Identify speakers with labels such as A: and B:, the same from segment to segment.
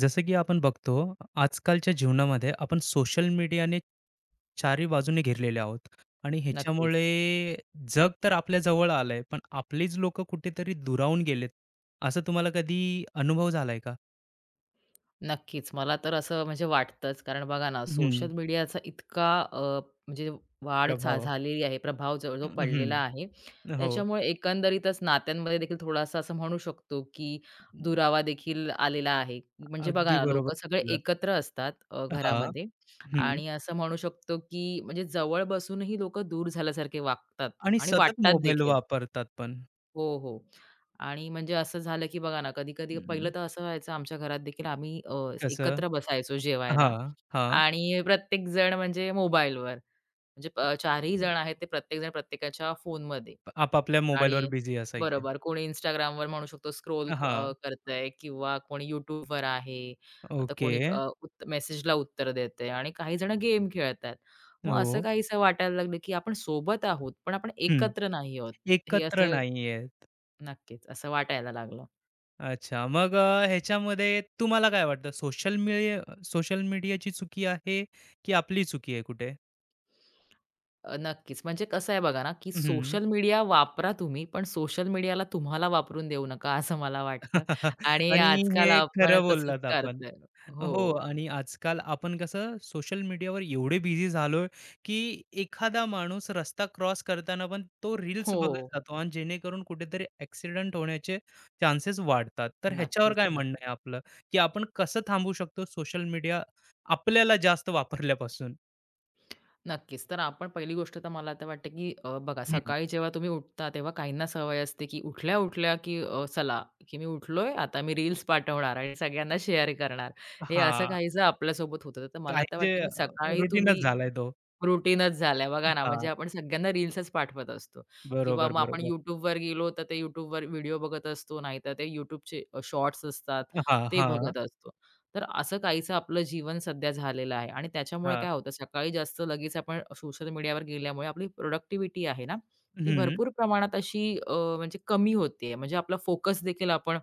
A: जसं की आपण बघतो आजकालच्या जीवनामध्ये आपण सोशल मीडियाने चारी बाजूने घेरलेले आहोत आणि ह्याच्यामुळे
B: नक्कीच,
A: जग तर आपल्या जवळ आलंय, पण आपलीच लोक कुठेतरी दुरावून गेलेत. असं तुम्हाला कधी अनुभव झालाय का?
B: नक्कीच. मला तर असं म्हणजे वाटतंच. कारण बघा ना,
A: हम्म.
B: सोशल मीडियाचा इतका म्हणजे वाढ
A: प्रभाव.
B: झालेली आहे, प्रभाव जो जो पडलेला
A: हम्म.
B: आहे.
A: हो.
B: त्याच्यामुळे एकंदरीतच नात्यांमध्ये देखील थोडासा असं म्हणू शकतो, की दुरावा देखील आलेला आहे. म्हणजे बघा
A: अगदी
B: ना,
A: बरोबर
B: लोकं सगळे
A: बोललात.
B: एकत्र असतात
A: हा.
B: घरामध्ये
A: हम्म.
B: आणि असं म्हणू शकतो, की म्हणजे जवळ बसूनही लोकं दूर झाल्यासारखे वागतात
A: आणि
B: आणि
A: सतत
B: वाटतात
A: मोबाईल
B: देखील.
A: वापरतात पण
B: हो, हो. आणि म्हणजे असं झालं, की बघा ना, कधी-कधी पहिलं
A: हम्म.
B: तर असं व्हायचं आमच्या घरात देखील आम्ही
A: कसं?
B: एकत्र बसायचो
A: हा.
B: जेवायला
A: हा.
B: आणि प्रत्येक जण म्हणजे मोबाईलवर म्हणजे चारही जण आहेत ते प्रत्येकजण प्रत्येकाच्या फोनमध्ये
A: आपापल्या मोबाईलवर
B: आणि
A: बिझी असायचे.
B: बरोबर कोणी Instagramवर म्हणू शकतो स्क्रोल
A: हा.
B: करतंय किंवा कोणी YouTubeवर आहे. आता
A: ओके.
B: कोणी मेसेजला उत्तर देते आणि काही जण गेम खेळतायत. मग असं
A: हो.
B: काहीसं वाटायला लागलं, की आपण सोबत आहोत, पण आपण एकत्र नाही आहोत. हे
A: एकत्र
B: असं
A: नाहीयेत.
B: नक्कीच, असं वाटायला लागलं.
A: अच्छा. मग ह्याच्यामध्ये तुम्हाला काय वाटतं, सोशल मीडियाची चुकी आहे, की आपली चुकी आहे कुठे?
B: नक्कीच. म्हणजे कसं आहे बघा ना, की
A: हं.
B: सोशल मीडिया वापरा तुम्ही, पण सोशल मीडियाला तुम्हाला वापरून देऊ नका, असं मला वाटतं. आणि
A: आणि
B: आजकाल
A: हे
B: आपण
A: खरं
B: तसंच
A: बोललात आपण.
B: करतोय. हो,
A: हो, आणि आजकाल आपण कसं सोशल मीडियावर एवढे बिझी झालोय, की एखादा माणूस रस्ता क्रॉस करताना पण तो रील्स
B: हो.
A: बघत जातो आणि जेणेकरून कुठेतरी ॲक्सिडेंट होण्याचे चान्सेस वाढतात. तर ह्याच्यावर
B: नक्कीच,
A: काय
B: नक्कीच.
A: म्हणणं आहे आपलं, की आपण कसं थांबवू शकतो सोशल मीडिया आपल्याला जास्त वापरल्यापासून?
B: नक्कीच. तर आपण पहिली गोष्ट तर मला तर वाटते, की बघा
A: हं.
B: सकाळी जेव्हा तुम्ही उठता, तेव्हा काहींना सवय असते, की उठल्या-उठल्या, की चला, की मी उठलोय, आता मी रील्स पाठवणार आणि सगळ्यांना शेअर करणार. हे असं
A: हां,
B: काहीसं आपल्यासोबत होतं. तर मला तर
A: काही जे
B: वाटतं, की सकाळी
A: रुटीनच
B: तुम्ही
A: झालाय तो.
B: रूटीनच झालंय बघा ना, म्हणजे
A: हां,
B: आपण सगळ्यांना रील्सच पाठवत असतो किंवा
A: बरोबर,
B: मग आपण
A: बरोबर.
B: YouTubeवर गेलो, तर ते YouTubeवर व्हिडिओ बघत असतो, नाहीतर ते YouTubeचे शॉर्ट्स असतात,
A: हां,
B: ते
A: हां,
B: बघत असतो. तर असं काहीसं आपलं जीवन सध्या झालेलं आहे आणि त्याच्यामुळे
A: हां.
B: काय होतं, सकाळी जास्त लगेच आपण सोशल मीडियावर गेल्यामुळे आपली प्रोडक्टिव्हिटी आहे ना, ती
A: हं.
B: भरपूर प्रमाणात अशी म्हणजे कमी होते. म्हणजे आपला फोकस देखील आपण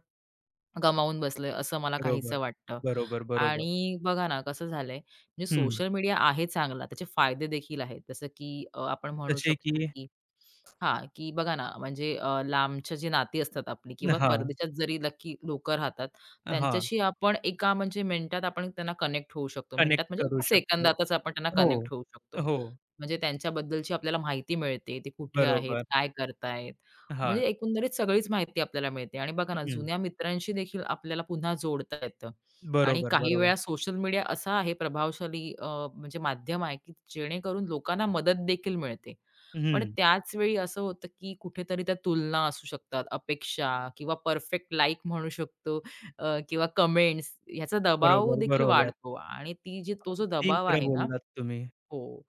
B: गमावून बसलोय, असं मला
A: बरोबर,
B: काहीसं वाटतं.
A: बरोबर, बरोबर.
B: आणि बघा ना कसं झालंय, म्हणजे
A: हं.
B: सोशल मीडिया आहे चांगला, त्याचे फायदे देखील आहेत. जसं की आपण म्हणू
A: जसे
B: शकतो,
A: की.
B: की हां, की बघा ना म्हणजे लांबची जी नाती असतात आपली किंवा
A: हां,
B: परदेशात जरी नक्की लोकं राहतात,
A: हां.
B: त्यांच्याशी आपण एका म्हणजे मिनिटात आपण त्यांना कनेक्ट होऊ शकतो. मिनिटात
A: कनेक्ट
B: म्हणजे
A: करू शकतो.
B: सेकंदातच आपण त्यांना
A: हो,
B: कनेक्ट होऊ शकतो.
A: हो.
B: म्हणजे त्यांच्याबद्दलची आपल्याला माहिती मिळते. ते कुठे आहेत,
A: बरोबर.
B: काय करतायत.
A: हां.
B: म्हणजे एकंदरीत सगळीच माहिती आपल्याला मिळते आणि बघा ना,
A: हं.
B: जुन्या मित्रांशी देखील आपल्याला पुन्हा जोडता येतं आणि
A: बरोबर,
B: काही
A: बरोबर.
B: वेळा सोशल मीडिया असा आहे प्रभावशाली म्हणजे माध्यम आहे, की जेणेकरून लोकांना मदत देखील मिळते. पण
A: हं.
B: त्याच वेळी असं होतं, की कुठेतरी त्या तुलना असू शकतात, अपेक्षा किंवा परफेक्ट लाइक म्हणू शकतो किंवा कमेंट्स ह्याचा दबाव
A: बरोबर,
B: देखील
A: बरोबर.
B: वाढतो आणि ती जी तो जो
A: अगदी
B: दबाव
A: खरं
B: आहे ना,
A: बोललात तुम्ही.
B: हो.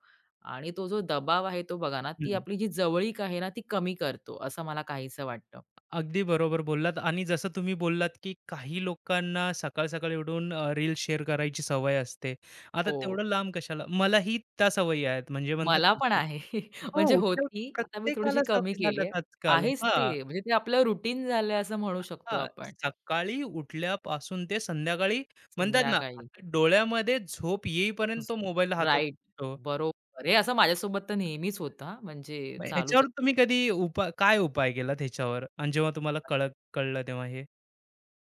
B: आणि तो जो दबाव आहे तो बघा ना, ती
A: हं.
B: आपली जी जवळीक आहे ना, ती कमी करतो असं मला काहीसं वाटतं.
A: अगदी बरोबर बोललात, आणि जसं तुम्ही बोललात, की काही लोकांना सकाळ-सकाळी उठून रील्स शेअर करायची सवय असते. आता
B: हो.
A: तेवढं लांब कशाला? मलाही त्या सवयी आहेत. म्हणजे म्हणतात
B: मला
A: ना,
B: पण
A: की
B: आहे.
A: हो,
B: म्हणजे होती, आता मी थोडीशी
A: प्रत्येकाला
B: कमी
A: सवय
B: केली आहे.
A: झाल्यात आजकाल.
B: आहेच
A: हां.
B: ते, म्हणजे ते आपलं रुटीन झालंय असं म्हणू शकतो
A: हां,
B: आपण
A: सकाळी उठल्यापासून ते संध्याकाळी. म्हणतात ना,
B: संध्याकाळी.
A: आता डोळ्यामध्ये झोप येईपर्यंत तो मोबाईल हातात
B: राइट.
A: असतो.
B: बरोबर. हे असं माझ्यासोबत तर नेहमीच होतं म्हणजे
A: मग
B: चालूच असतं.
A: ह्याच्यावर तुम्ही कधी उपाय, काय उपाय केलात ह्याच्यावर? आणि जेव्हा तुम्हाला कळलं तेव्हा हे?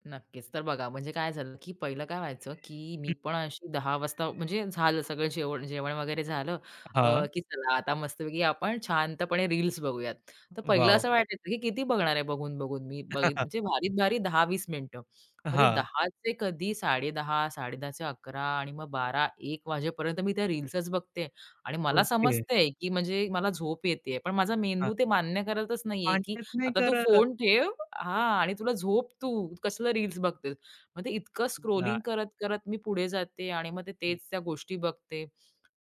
B: नक्कीच. तर बघा म्हणजे काय झालं, की पहिलं काय व्हायचं, की मी
A: हं.
B: पण अशी 10 वाजता म्हणजे झालं सगळं जेवण जेवण वगैरे झालं,
A: हां.
B: की चला आता मस्तपैकी आपण शांतपणे रील्स बघूयात. तर पहिलं
A: वॉव!
B: असं वाटायचं, की किती बघणार आहे बघून-बघून मी म्हणजे भारीत-भारी 10-20 मिनिटं. मग ते
A: हां.
B: 10 चे कधी 10:30, 10:30 चे 11 आणि मग 12-1 वाजेपर्यंत मी त्या रील्सच बघते आणि मला
A: ओके.
B: समजतंय, की म्हणजे मला झोप येतेय. पण माझा
A: हां.
B: मेंदू ते मान्य करतच नाहीये, की
A: पाण्याच नाही
B: आता तू
A: करत.
B: फोन ठेव हां आणि तुला झोप तू, कसलं रील्स बघतेस. मग ते इतकं
A: नाही,
B: स्क्रोलिंग करत-करत मी पुढे जाते आणि मग ते तेच त्या गोष्टी बघते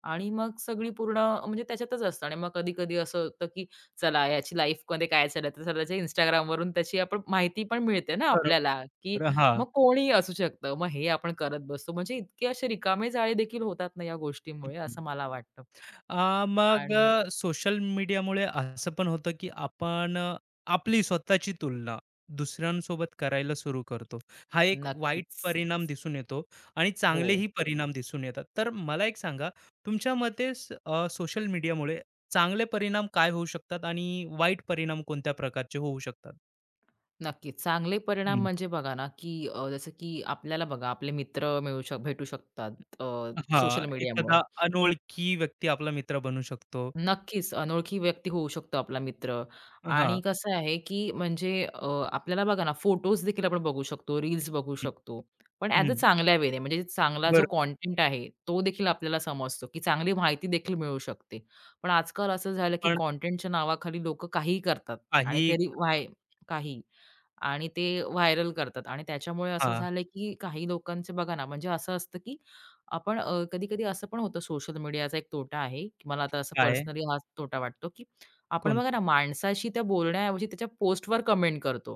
B: आणि मग सगळी पूर्ण म्हणजे त्याच्यातच असतं आणि मग कधी-कधी असं होतं, की चला याची लाईफमध्ये काय चाललंय, तर चला त्याच्या Instagramवरून त्याची आपण माहिती पण मिळते ना आपल्याला, की
A: बरोबर.
B: मग
A: हां.
B: कोणीही असू शकतं. मग हे आपण करत बसतो. म्हणजे इतके असे रिकामे जाळे देखील होतात ना या गोष्टींमुळे असं मला वाटतं.
A: मग
B: आणि
A: सोशल मीडियामुळे असं पण होतं की आपण आपली स्वतःची तुलना दुसऱ्यांसोबत करायला सुरू करतो. हा एक वाईट
B: नक्कीच.
A: परिणाम दिसून येतो आणि
B: हो.
A: चांगलेही परिणाम दिसून येतात. तर मला एक सांगा, तुमच्या मते सोशल मीडियामुळे चांगले परिणाम काय होऊ शकतात आणि वाईट परिणाम कोणत्या प्रकारचे होऊ शकतात?
B: नक्कीच. चांगले परिणाम
A: हं.
B: म्हणजे बघा ना, की जसं की आपल्याला बघा आपले मित्र मिळू शक भेटू शकतात
A: हां,
B: सोशल मीडियामुळे
A: एखादा अनोळखी व्यक्ती आपला मित्र बनू शकतो.
B: नक्कीच, अनोळखी व्यक्ती होऊ शकतो आपला मित्र आणि
A: हां.
B: कसं आहे, की म्हणजे आपल्याला बघा ना, फोटोज देखील आपण बघू शकतो, रील्स बघू शकतो. पण ॲज अ
A: हं,
B: चांगल्या वेने म्हणजे चांगला जो
A: बरोबर.
B: कंटेंट आहे, तो देखील आपल्याला समजतो, की चांगली माहिती देखील मिळू शकते. पण आजकाल असं झालं, की
A: पण
B: कंटेंटच्या नावाखाली लोकं काहीही करतात आणि
A: काही.
B: तरी व्हाय काही आणि ते व्हायरल करतात आणि त्याच्यामुळे असं
A: हां,
B: झालं, की काही लोकांचं बघा ना, म्हणजे असं असतं, की आपण कधी-कधी असं पण होतं सोशल मीडियाचा एक तोटा आहे, की मला आता असं
A: काय?
B: पर्सनली हाच तोटा वाटतो, की आपण बघा ना
A: कोणतं?
B: माणसाशी त्या बोलण्याऐवजी त्याच्या पोस्टवर कमेंट करतो,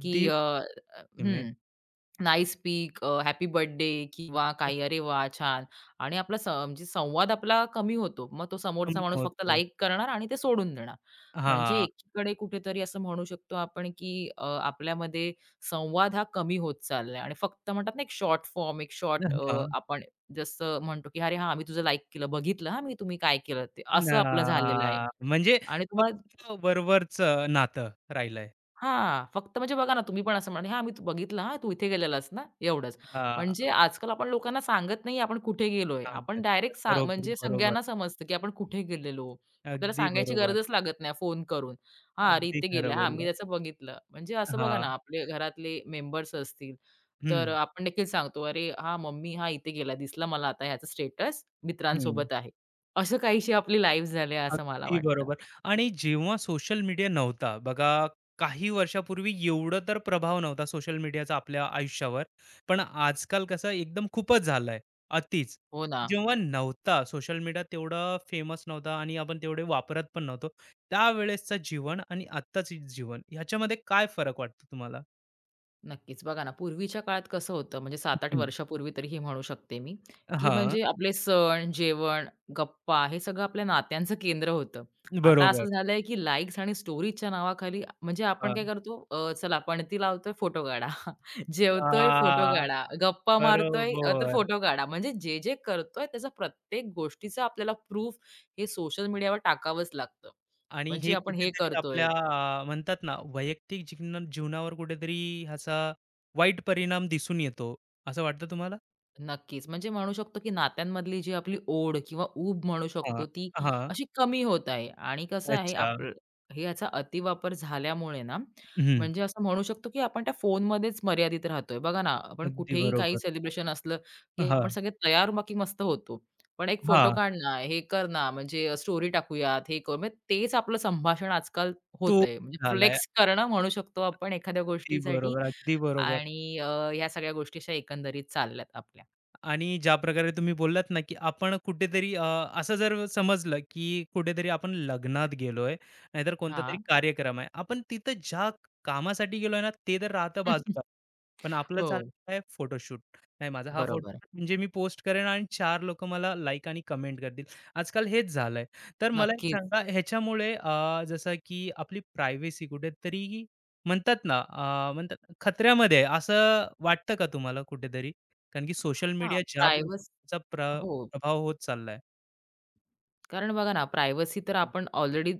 B: की अ,
A: तुम्ही.
B: हं. नाईस स्पीक, हॅपी बर्थडे किंवा काही "अरे वाह! छान" आणि आपला म्हणजे संवाद आपला कमी होतो. मग तो समोरचा
A: कमी
B: माणूस फक्त
A: होतो.
B: लाइक करणार आणि ते सोडून देणार. म्हणजे
A: हां.
B: एकीकडे कुठेतरी असं म्हणू शकतो आपण, की आपल्यामध्ये संवाद हा कमी होत चाललाय आणि फक्त म्हणतात ना, एक शॉर्ट फॉर्म, एक शॉर्ट
A: हां.
B: आपण जसं म्हणतो, की "अरे हां, मी तुझं लाइक केलं, बघितलं हां मी तुम्ही काय केलं ते." असं आपलं झालेलं आहे
A: हां. म्हणजे
B: आणि तुम्हाला
A: फक्त वरवरचं नातं राहिलंय.
B: हां, फक्त म्हणजे बघा ना, तुम्ही पण असं म्हणा, "हां, मी तू बघितलं हां, तू इथे गेलेलास ना?" एवढंच.
A: हां.
B: म्हणजे आजकाल आपण लोकांना सांगत नाही आपण कुठे गेलोय. आपण
A: सांगतात.
B: डायरेक्ट
A: बरोबर,
B: म्हणजे
A: बरोबर.
B: सगळ्यांना समजतं, की आपण कुठे गेलेलो. आपल्याला
A: अगदी
B: सांगायची
A: बरोबर.
B: गरजच लागत नाही फोन करून. "हां, अरे
A: अगदी
B: इथे
A: खरं
B: गेला. हां, मी
A: बोललात.
B: त्याचं बघितलं." म्हणजे असं बघा ना,
A: हां.
B: आपले घरातले मेंबर्स असतील, तर
A: हं,
B: आपण देखील सांगतो, "अरे हां, मम्मी हां, इथे गेला दिसला मला आता ह्याचा स्टेटस
A: हं.
B: मित्रांसोबत आहे." असं काहीशी आपली लाईफ झाली आहे असं मला
A: अगदी
B: वाटतं.
A: बरोबर. आणि जेव्हा सोशल मीडिया नव्हता, बघा, काही वर्षापूर्वी एवढं तर प्रभाव नव्हता सोशल मीडियाचा आपल्या आयुष्यावर. पण आजकाल कसं एकदम खूपच झालंय, अतिच.
B: हो ना.
A: जेव्हा नव्हता सोशल मीडिया तेवढा फेमस नव्हता, आणि आपण तेवढे वापरत पण नव्हतो. त्यावेळेसचं जीवन आणि आत्ताचं जीवन ह्याच्यामध्ये काय फरक वाटतो तुम्हाला?
B: नक्कीच. बघा ना, पूर्वीच्या काळात कसं होतं म्हणजे 7-8
A: हं.
B: वर्षापूर्वी तरी हे म्हणू शकते मी, की
A: हां,
B: म्हणजे आपले सण, जेवण, गप्पा हे सगळं आपल्या नात्यांचं केंद्र होतं. आता असं
A: बरोबर.
B: झालंय की लाईक्स आणि स्टोरीजच्या नावाखाली म्हणजे आपण काय
A: हां.
B: करतो चला पणती लावतोय फोटो काढा. जेवतोय फोटो
A: आ,
B: काढा. गप्पा मारतोय तर
A: बरोबर.
B: फोटो काढा. म्हणजे जे करतोय त्याचा प्रत्येक गोष्टीचा आपल्याला प्रूफ हे सोशल मीडियावर टाकावंच लागतं.
A: आणि
B: म्हणजे
A: हे
B: आपण हे
A: कुठेतरी
B: करतोय
A: आपल्या म्हणतात ना, वैयक्तिक जीवनावर कुठेतरी ह्याचा वाईट परिणाम दिसून येतो, असं वाटतं तुम्हाला?
B: नक्कीच. म्हणजे म्हणू शकतो, की नात्यांमधली जी आपली ओढ किंवा ऊब म्हणू
A: हां,
B: शकतो, ती
A: हां.
B: अशी कमी होत आहे. आणि कसं आहे
A: अच्छा.
B: आपलं हे याचा अतिवापर झाल्यामुळे ना,
A: हं.
B: म्हणजे असं म्हणू शकतो, की आपण त्या फोनमध्येच मर्यादित राहतोय. बघा ना, आपण
A: अगदी
B: कुठेही काही
A: बरोबर.
B: सेलिब्रेशन असलं, की आपण
A: हां,
B: सगळे तयार-बाकी मस्त होतो. पण एक फोटो
A: हां.
B: काढ ना, हे कर ना, म्हणजे स्टोरी टाकूयात, हे करू म्हणजे तेच आपलं संभाषण आजकाल
A: तो
B: होतंय. म्हणजे
A: झालाय.
B: फ्लेक्स करणं म्हणू शकतो आपण एखाद्या
A: अगदी
B: गोष्टीसाठी
A: बरोबर, अगदी बरोबर.
B: आणि ह्या सगळ्या गोष्टी अशा एकंदरीत चालल्यात आपल्या.
A: आणि ज्या प्रकारे तुम्ही बोललात ना, की आपण कुठेतरी असं जर समजलं, की कुठेतरी आपण लग्नात गेलोय, नाहीतर कोणता तरी
B: हां.
A: कार्यक्रम आहे. आपण तिथं ज्या कामासाठी गेलोय ना, ते तर राहतं बाजूला. पण आपलं
B: हो,
A: चाललं आहे फोटोशूट. नाही, माझा हा
B: बरोबर.
A: फोटोशूट म्हणजे मी पोस्ट करेन आणि 4 लोकं मला लाईक आणि कमेंट करतील. आजकाल हेच झालंय. तर मला एक
B: नक्कीच.
A: सांगा, ह्याच्यामुळे जसं की आपली प्रायव्हसी कुठेतरी, म्हणतात ना, म्हणतात खतऱ्यामध्ये आहे असं वाटतं का तुम्हाला कुठेतरी? कारण की सोशल
B: हां,
A: मीडिया ज्या
B: प्रायव्हसी
A: प्रकारचा
B: हो,
A: प्रभाव होत चाललाय.
B: कारण बघा ना, प्रायव्हसी तर आपण ऑलरेडी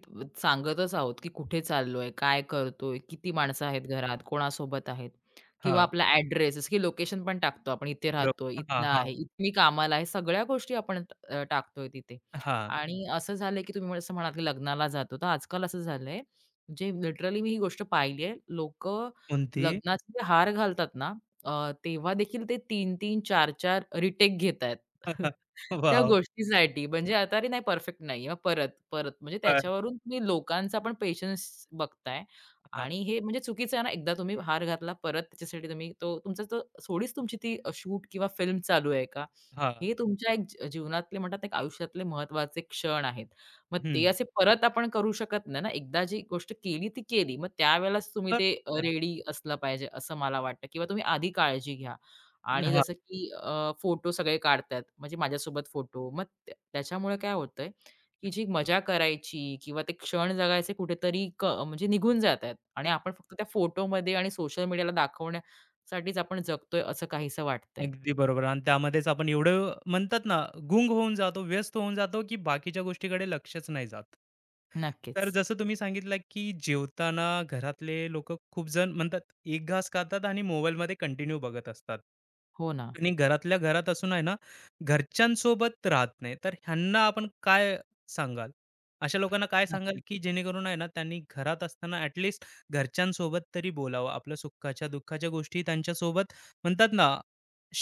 B: सांगतच आहोत, की कुठे चाललोय, काय करतोय, किती माणसं आहेत घरात, कोणासोबत आहेत किंवा
A: हां,
B: आपला ॲड्रेस जसं की लोकेशन पण टाकतो आपण इथे
A: प्र.
B: राहतोय,
A: हां,
B: इथला आहे,
A: हां,
B: इथे मी कामाला आहे. सगळ्या गोष्टी आपण टाकतोय तिथे
A: हां.
B: आणि असं झालंय, की तुम्ही जसं म्हणालात, की लग्नाला जातो. तर आजकाल असं झालंय, जे लिटरली मी ही गोष्ट पाहिली आहे. लोकं
A: कोणती?
B: लग्नाचे जे हार घालतात ना, तेव्हा देखील ते 3-3, 4-4 रिटेक घेतायत. त्या
A: वॉव!
B: गोष्टीसाठी म्हणजे आता अरे नाही परफेक्ट नाही आहे, मग परत, परत म्हणजे
A: हां,
B: त्याच्यावरून तुम्ही लोकांचा पण पेशन्स बघताय
A: हां,
B: आणि हे म्हणजे चुकीचं आहे ना, एकदा तुम्ही हार घातला परत त्याच्यासाठी तुम्ही तो तुमचा तो थोडीच तुमची ती शूट किंवा फिल्म चालू आहे का?
A: हां.
B: हे तुमच्या एक जी जीवनातले म्हणतात ना, एक आयुष्यातले महत्त्वाचे क्षण आहेत. मग
A: हं,
B: ते असे परत आपण करू शकत नाही ना, एकदा जी गोष्ट केली ती केली. मग त्यावेळेलाच तुम्ही ते
A: बरोबर.
B: रेडी असलं पाहिजे असं मला वाटतं किंवा तुम्ही आधी काळजी घ्या. आणि
A: हां,
B: जसं की फोटो सगळे काढतात. म्हणजे माझ्यासोबत फोटो. मग त्याच्यामुळे काय होतंय,
A: हं.
B: की जी मजा करायची किंवा ते क्षण जगायचे कुठेतरी म्हणजे निघून जातात आणि
A: ते.
B: आपण फक्त त्या फोटोमध्ये आणि सोशल मीडियाला दाखवण्यासाठीच आपण जगतोय असं काहीसं वाटतंय.
A: अगदी बरोबर, आणि त्यामध्येच आपण एवढं, म्हणतात ना, गुंग होऊन जातो, व्यस्त होऊन जातो, की बाकीच्या गोष्टीकडे लक्षच नाही जात. तर
B: नक्कीच.
A: जसं तुम्ही सांगितलं, की जेवताना घरातले लोक, खूप जण म्हणतात, एक घास खातात आणि मोबाईलमध्ये कंटिन्यू बघत असतात,
B: हो ना.
A: आणि घरातल्या घरात असून आहे ना, घरच्यांसोबत राहत नाही. तर ह्यांना आपण काय सांगाल, अशा लोकांना काय सांगाल,
B: नक्कीच.
A: की जेणेकरून आहे ना, त्यांनी घरात असताना ऍटलिस्ट घरच्यांसोबत तरी बोलावं, आपल्या सुखाच्या दुःखाच्या गोष्टी त्यांच्यासोबत, म्हणतात ना,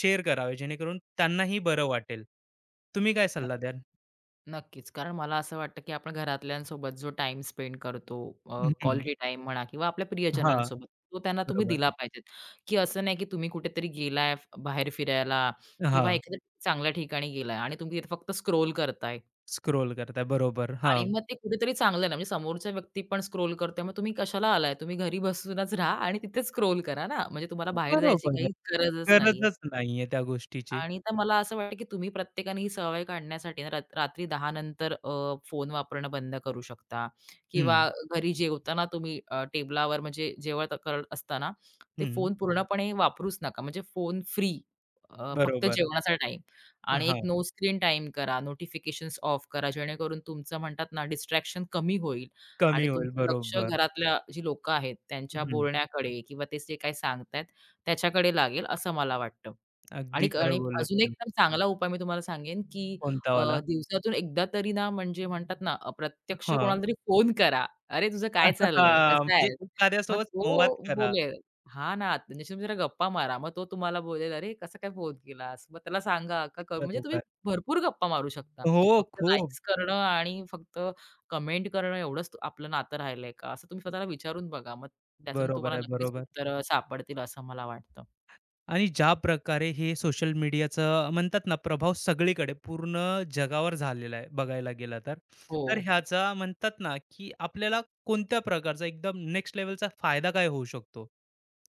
A: शेअर करावे, जेणेकरून त्यांनाही बरं वाटेल? तुम्ही काय सल्ला द्याल?
B: नक्कीच. कारण मला असं वाटतं, की आपण घरातल्यांसोबत जो टाइम स्पेंड करतो,
A: हम्म.
B: क्वालिटी टाईम म्हणा किंवा आपल्या
A: हा.
B: प्रियजनांसोबत, तो त्यांना तुम्ही
A: बरोबर.
B: दिला पाहिजेत, की असं नाही, की तुम्ही कुठेतरी गेलाय बाहेर फिरायला
A: हा.
B: किंवा एखाद्या चांगल्या ठिकाणी गेलाय आणि तुम्ही तिथे फक्त स्क्रोल करताय
A: स्क्रोल करताय. बरोबर.
B: आणि
A: हां.
B: मग ते कुठेतरी चांगलं नाही. म्हणजे समोरच्या व्यक्ती पण स्क्रोल करतोय, मग तुम्ही कशाला आलाय? तुम्ही घरी बसूनच राहा आणि तिथेच स्क्रोल करा ना. म्हणजे तुम्हाला बाहेर जायची
A: बरोबर आहे.
B: काही गरजच नाहीये.
A: गरजच नाहीये त्या गोष्टीची.
B: आणि तर मला असं वाटतं, की तुम्ही प्रत्येकाने ही सवय काढण्यासाठी ना, रात्री 10 नंतर फोन वापरणं बंद करू शकता
A: हं,
B: किंवा घरी जेवताना तुम्ही टेबलावर म्हणजे जेवण करत असताना ते
A: हं.
B: फोन पूर्णपणे वापरूच नका. म्हणजे फोन फ्री फक्त
A: बरोबर.
B: जेवणाचा टाइम, आणि एक
A: हां.
B: नो स्क्रीन टाईम करा, नोटिफिकेशन्स ऑफ करा, जेणेकरून तुमचं म्हणतात ना, डिस्ट्रॅक्शन कमी होईल आणि
A: कमी होईल.
B: तुमचं लक्ष
A: बरोबर.
B: घरातल्या जी लोकं आहेत त्यांच्या
A: हं.
B: बोलण्याकडे किंवा ते जे काही सांगतायत त्याच्याकडे लागेल, असं मला वाटतं. आणि
A: अगदी खरं
B: आणि
A: बोललात
B: अजून एक
A: तुम्ही.
B: तर चांगला उपाय मी तुम्हाला सांगेन, की
A: कोणता वाला?
B: दिवसातून एकदा तरी ना, म्हणजे म्हणतात ना, प्रत्यक्ष
A: हां.
B: कोणाला तरी फोन करा. "अरे, तुझं काय चाललंय?
A: हां.
B: कसा
A: म्हणजे
B: आहेस?" मग
A: एखाद्यासोबत संवाद
B: तो
A: करा.
B: बोलेल हा ना, त्यांच्याशी तुम्ही जरा गप्पा मारा. मग तो तुम्हाला बोलेल, "अरे, कसा काय फोन केलास?" मग त्याला सांगा का क म्हणजे तुम्ही
A: बरोबर.
B: भरपूर गप्पा मारू शकता.
A: हो,
B: फक्त
A: खूप.
B: लाइक्स करणं आणि फक्त कमेंट करणं एवढंच आपलं नातं राहिलंय का? असं तुम्ही स्वतःला विचारून बघा. मग त्यातून
A: बरोबर
B: तुम्हाला
A: आहे.
B: नक्कीच
A: बरोबर.
B: उत्तरं सापडतील असं मला वाटतं.
A: आणि ज्या प्रकारे हे सोशल मीडियाचं, म्हणतात ना, प्रभाव सगळीकडे पूर्ण जगावर झालेला आहे बघायला गेला तर,
B: हो.
A: ह्याचा, म्हणतात ना, की आपल्याला कोणत्या प्रकारचा एकदम नेक्स्ट लेवलचा फायदा काय होऊ शकतो?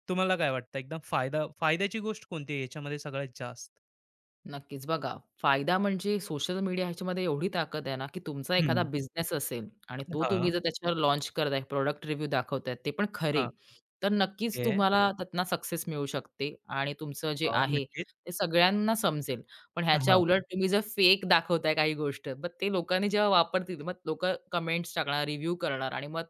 A: तुम्हाला काय वाटतं, एकदम फायद्याची गोष्ट कोणती आहे याच्यामध्ये सगळ्यात जास्त?
B: नक्कीच. बघा, फायदा म्हणजे सोशल मीडिया ह्याच्यामध्ये एवढी ताकद आहे ना, की तुमचा एखादा
A: हम्म.
B: बिझनेस असेल आणि तो
A: हा.
B: तुम्ही जर त्याच्यावर लॉन्च करताय, प्रॉडक्ट रिव्ह्यू दाखवताय, ते पण खरे,
A: हा.
B: तर नक्कीच
A: ओके.
B: तुम्हाला त्यातनं सक्सेस मिळू शकते आणि तुमचं जे
A: हो,
B: आहे
A: नक्कीच.
B: ते सगळ्यांना समजेल. पण ह्याच्या
A: हा.
B: उलट तुम्ही जर फेक दाखवताय काही गोष्ट, मग ते लोकांनी जेव्हा वापरतील, मग लोकं कमेंट्स टाकणार, रिव्ह्यू करणार आणि मग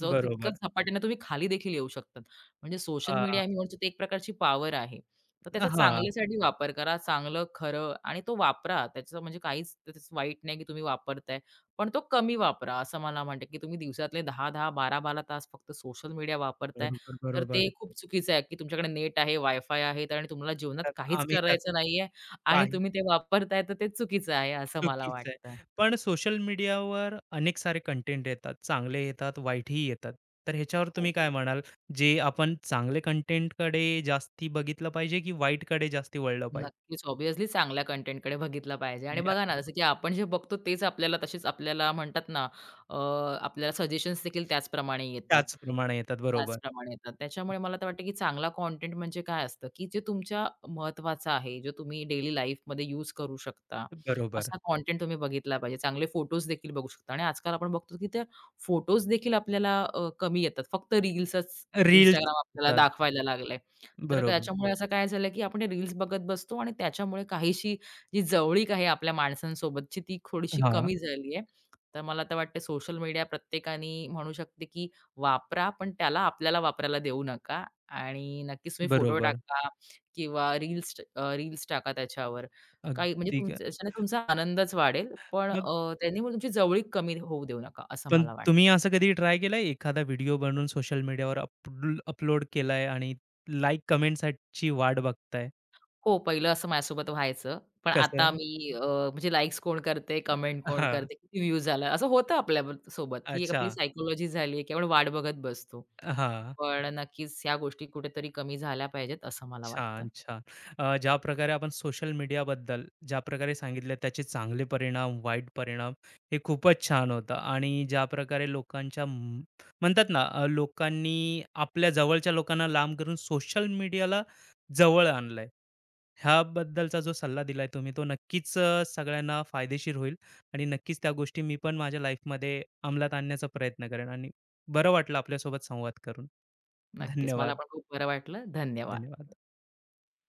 B: तितकंच
A: बरोबर.
B: झपाट्याने तुम्ही खाली देखील येऊ शकतात. म्हणजे सोशल
A: हा.
B: मीडिया मी म्हणतो, ते एक प्रकारची पॉवर आहे. तर त्याचा
A: हा.
B: चांगल्यासाठी वापर करा, चांगलं, खरं आणि तो वापरा. त्याचं म्हणजे काहीच त्याचं वाईट नाही, की तुम्ही वापरताय. पण तो कमी वापरा, असं मला म्हणते, की तुम्ही दिवसातले 10-10, 12-12 तास फक्त सोशल मीडिया वापरताय,
A: बरोबर,
B: तर
A: बरोबर.
B: ते खूप चुकीचं आहे, की तुमच्याकडे नेट आहे, वायफाय आहे आणि तुम्हाला जीवनात
A: तर
B: काहीच
A: आम्ही त्यात
B: करायचं नाहीये आणि
A: काही
B: तुम्ही ते वापरताय, तर ते चुकीचं आहे, असं मला
A: चुकीच आहे.
B: वाटतं.
A: पण सोशल मीडियावर अनेक सारे कंटेंट येतात. चांगले येतात, वाईटही येतात. तर ह्याच्यावर
B: हो.
A: तुम्ही काय म्हणाल? जे आपण चांगले कंटेंटकडे जास्ती बघितलं पाहिजे की वाईटकडे जास्ती वळलं पाहिजे?
B: नक्कीच, ऑब्व्हियसली चांगल्या कंटेंटकडे बघितलं पाहिजे आणि बघा ना, जसं की आपण जे बघतो तेच आपल्याला तसेच आपल्याला म्हणतात ना, अ, आपल्याला सजेशन्स देखील त्याचप्रमाणे येतात.
A: त्याचप्रमाणे येतात. बरोबर.
B: त्याचप्रमाणे येतात. त्याच्यामुळे मला तर वाटतं, की चांगला कंटेंट म्हणजे काय असतं, की जे तुमच्या महत्त्वाचं आहे, जे तुम्ही डेली लाईफमध्ये यूज करू शकता,
A: बरोबर.
B: असा कंटेंट तुम्ही बघितला पाहिजे. चांगले फोटोज देखील बघू शकता आणि आजकाल आपण बघतो, की त्या फोटोज देखील आपल्याला कमी येतात. फक्त रील्सच
A: रील्स
B: Instagram आपल्याला
A: येतात.
B: दाखवायला लागलंय. तर
A: बरोबर.
B: त्याच्यामुळे असं काय झालं, की आपण हे रील्स बघत बसतो आणि त्याच्यामुळे काहीशी जी जवळीक आहे आपल्या माणसांसोबतची, ती थोडीशी
A: हां,
B: कमी झाली आहे. तर मला तर वाटते सोशल मीडिया प्रत्येकाने म्हणू शकते, की वापरा, पण त्याला आपल्याला वापरायला देऊ नका आणि नक्कीच तुम्ही फोटो
A: बरोबर.
B: टाका किंवा रील्स रील्स टाका त्याच्यावर. काही म्हणजे
A: अगदी ग.
B: तुमचं त्याच्याने तुमचा आनंदच वाढेल, पण
A: मग,
B: त्यांनी मग तुमची जवळीक कमी होऊ देऊ नका, असं
A: पण
B: मला
A: तुम्ही
B: वाटतं.
A: असं कधी ट्राय केलंय? एखादा व्हिडिओ बनवून सोशल मीडियावर अपलोड केलाय आणि लाइक, कमेंट्सची वाट बघताय?
B: हो, पहिलं असं माझ्यासोबत व्हायचं. पण आता
A: कसं?
B: मी म्हणजे लाइक्स कोण करते, कमेंट कोण
A: हां.
B: करते, किती व्ह्यूज आला, असं होतं आपल्या सोबत. ही एक
A: अच्छा.
B: आपली सायकॉलॉजी झाली आहे की आपण वाट बघत बसतो.
A: हां.
B: पण नक्कीच ह्या गोष्टी कुठेतरी कमी झाल्या पाहिजेत असं मला वाटतं.
A: छान, छान. ज्या प्रकारे आपण सोशल मीडियाबद्दल, ज्या प्रकारे सांगितलं त्याचे चांगले परिणाम, वाईट परिणाम, हे खूपच छान होतं. आणि ज्या प्रकारे लोकांच्या म्हणतात ना, लोकांनी आपल्या जवळच्या लोकांना लांब करून सोशल मीडियाला जवळ आणलंय. ह्याबद्दलचा जो सल्ला दिलाय तुम्ही, तो नक्कीच सगळ्यांना फायदेशीर होईल, आणि नक्कीच त्या गोष्टी मी पण माझ्या लाईफमध्ये अंमलात आणण्याचा प्रयत्न करेन. आणि बरं वाटलं आपल्यासोबत संवाद करून.
B: नक्कीच मला
A: धन्यवाद.
B: पण खूप बरं वाटलं. धन्यवाद.
A: धन्यवाद.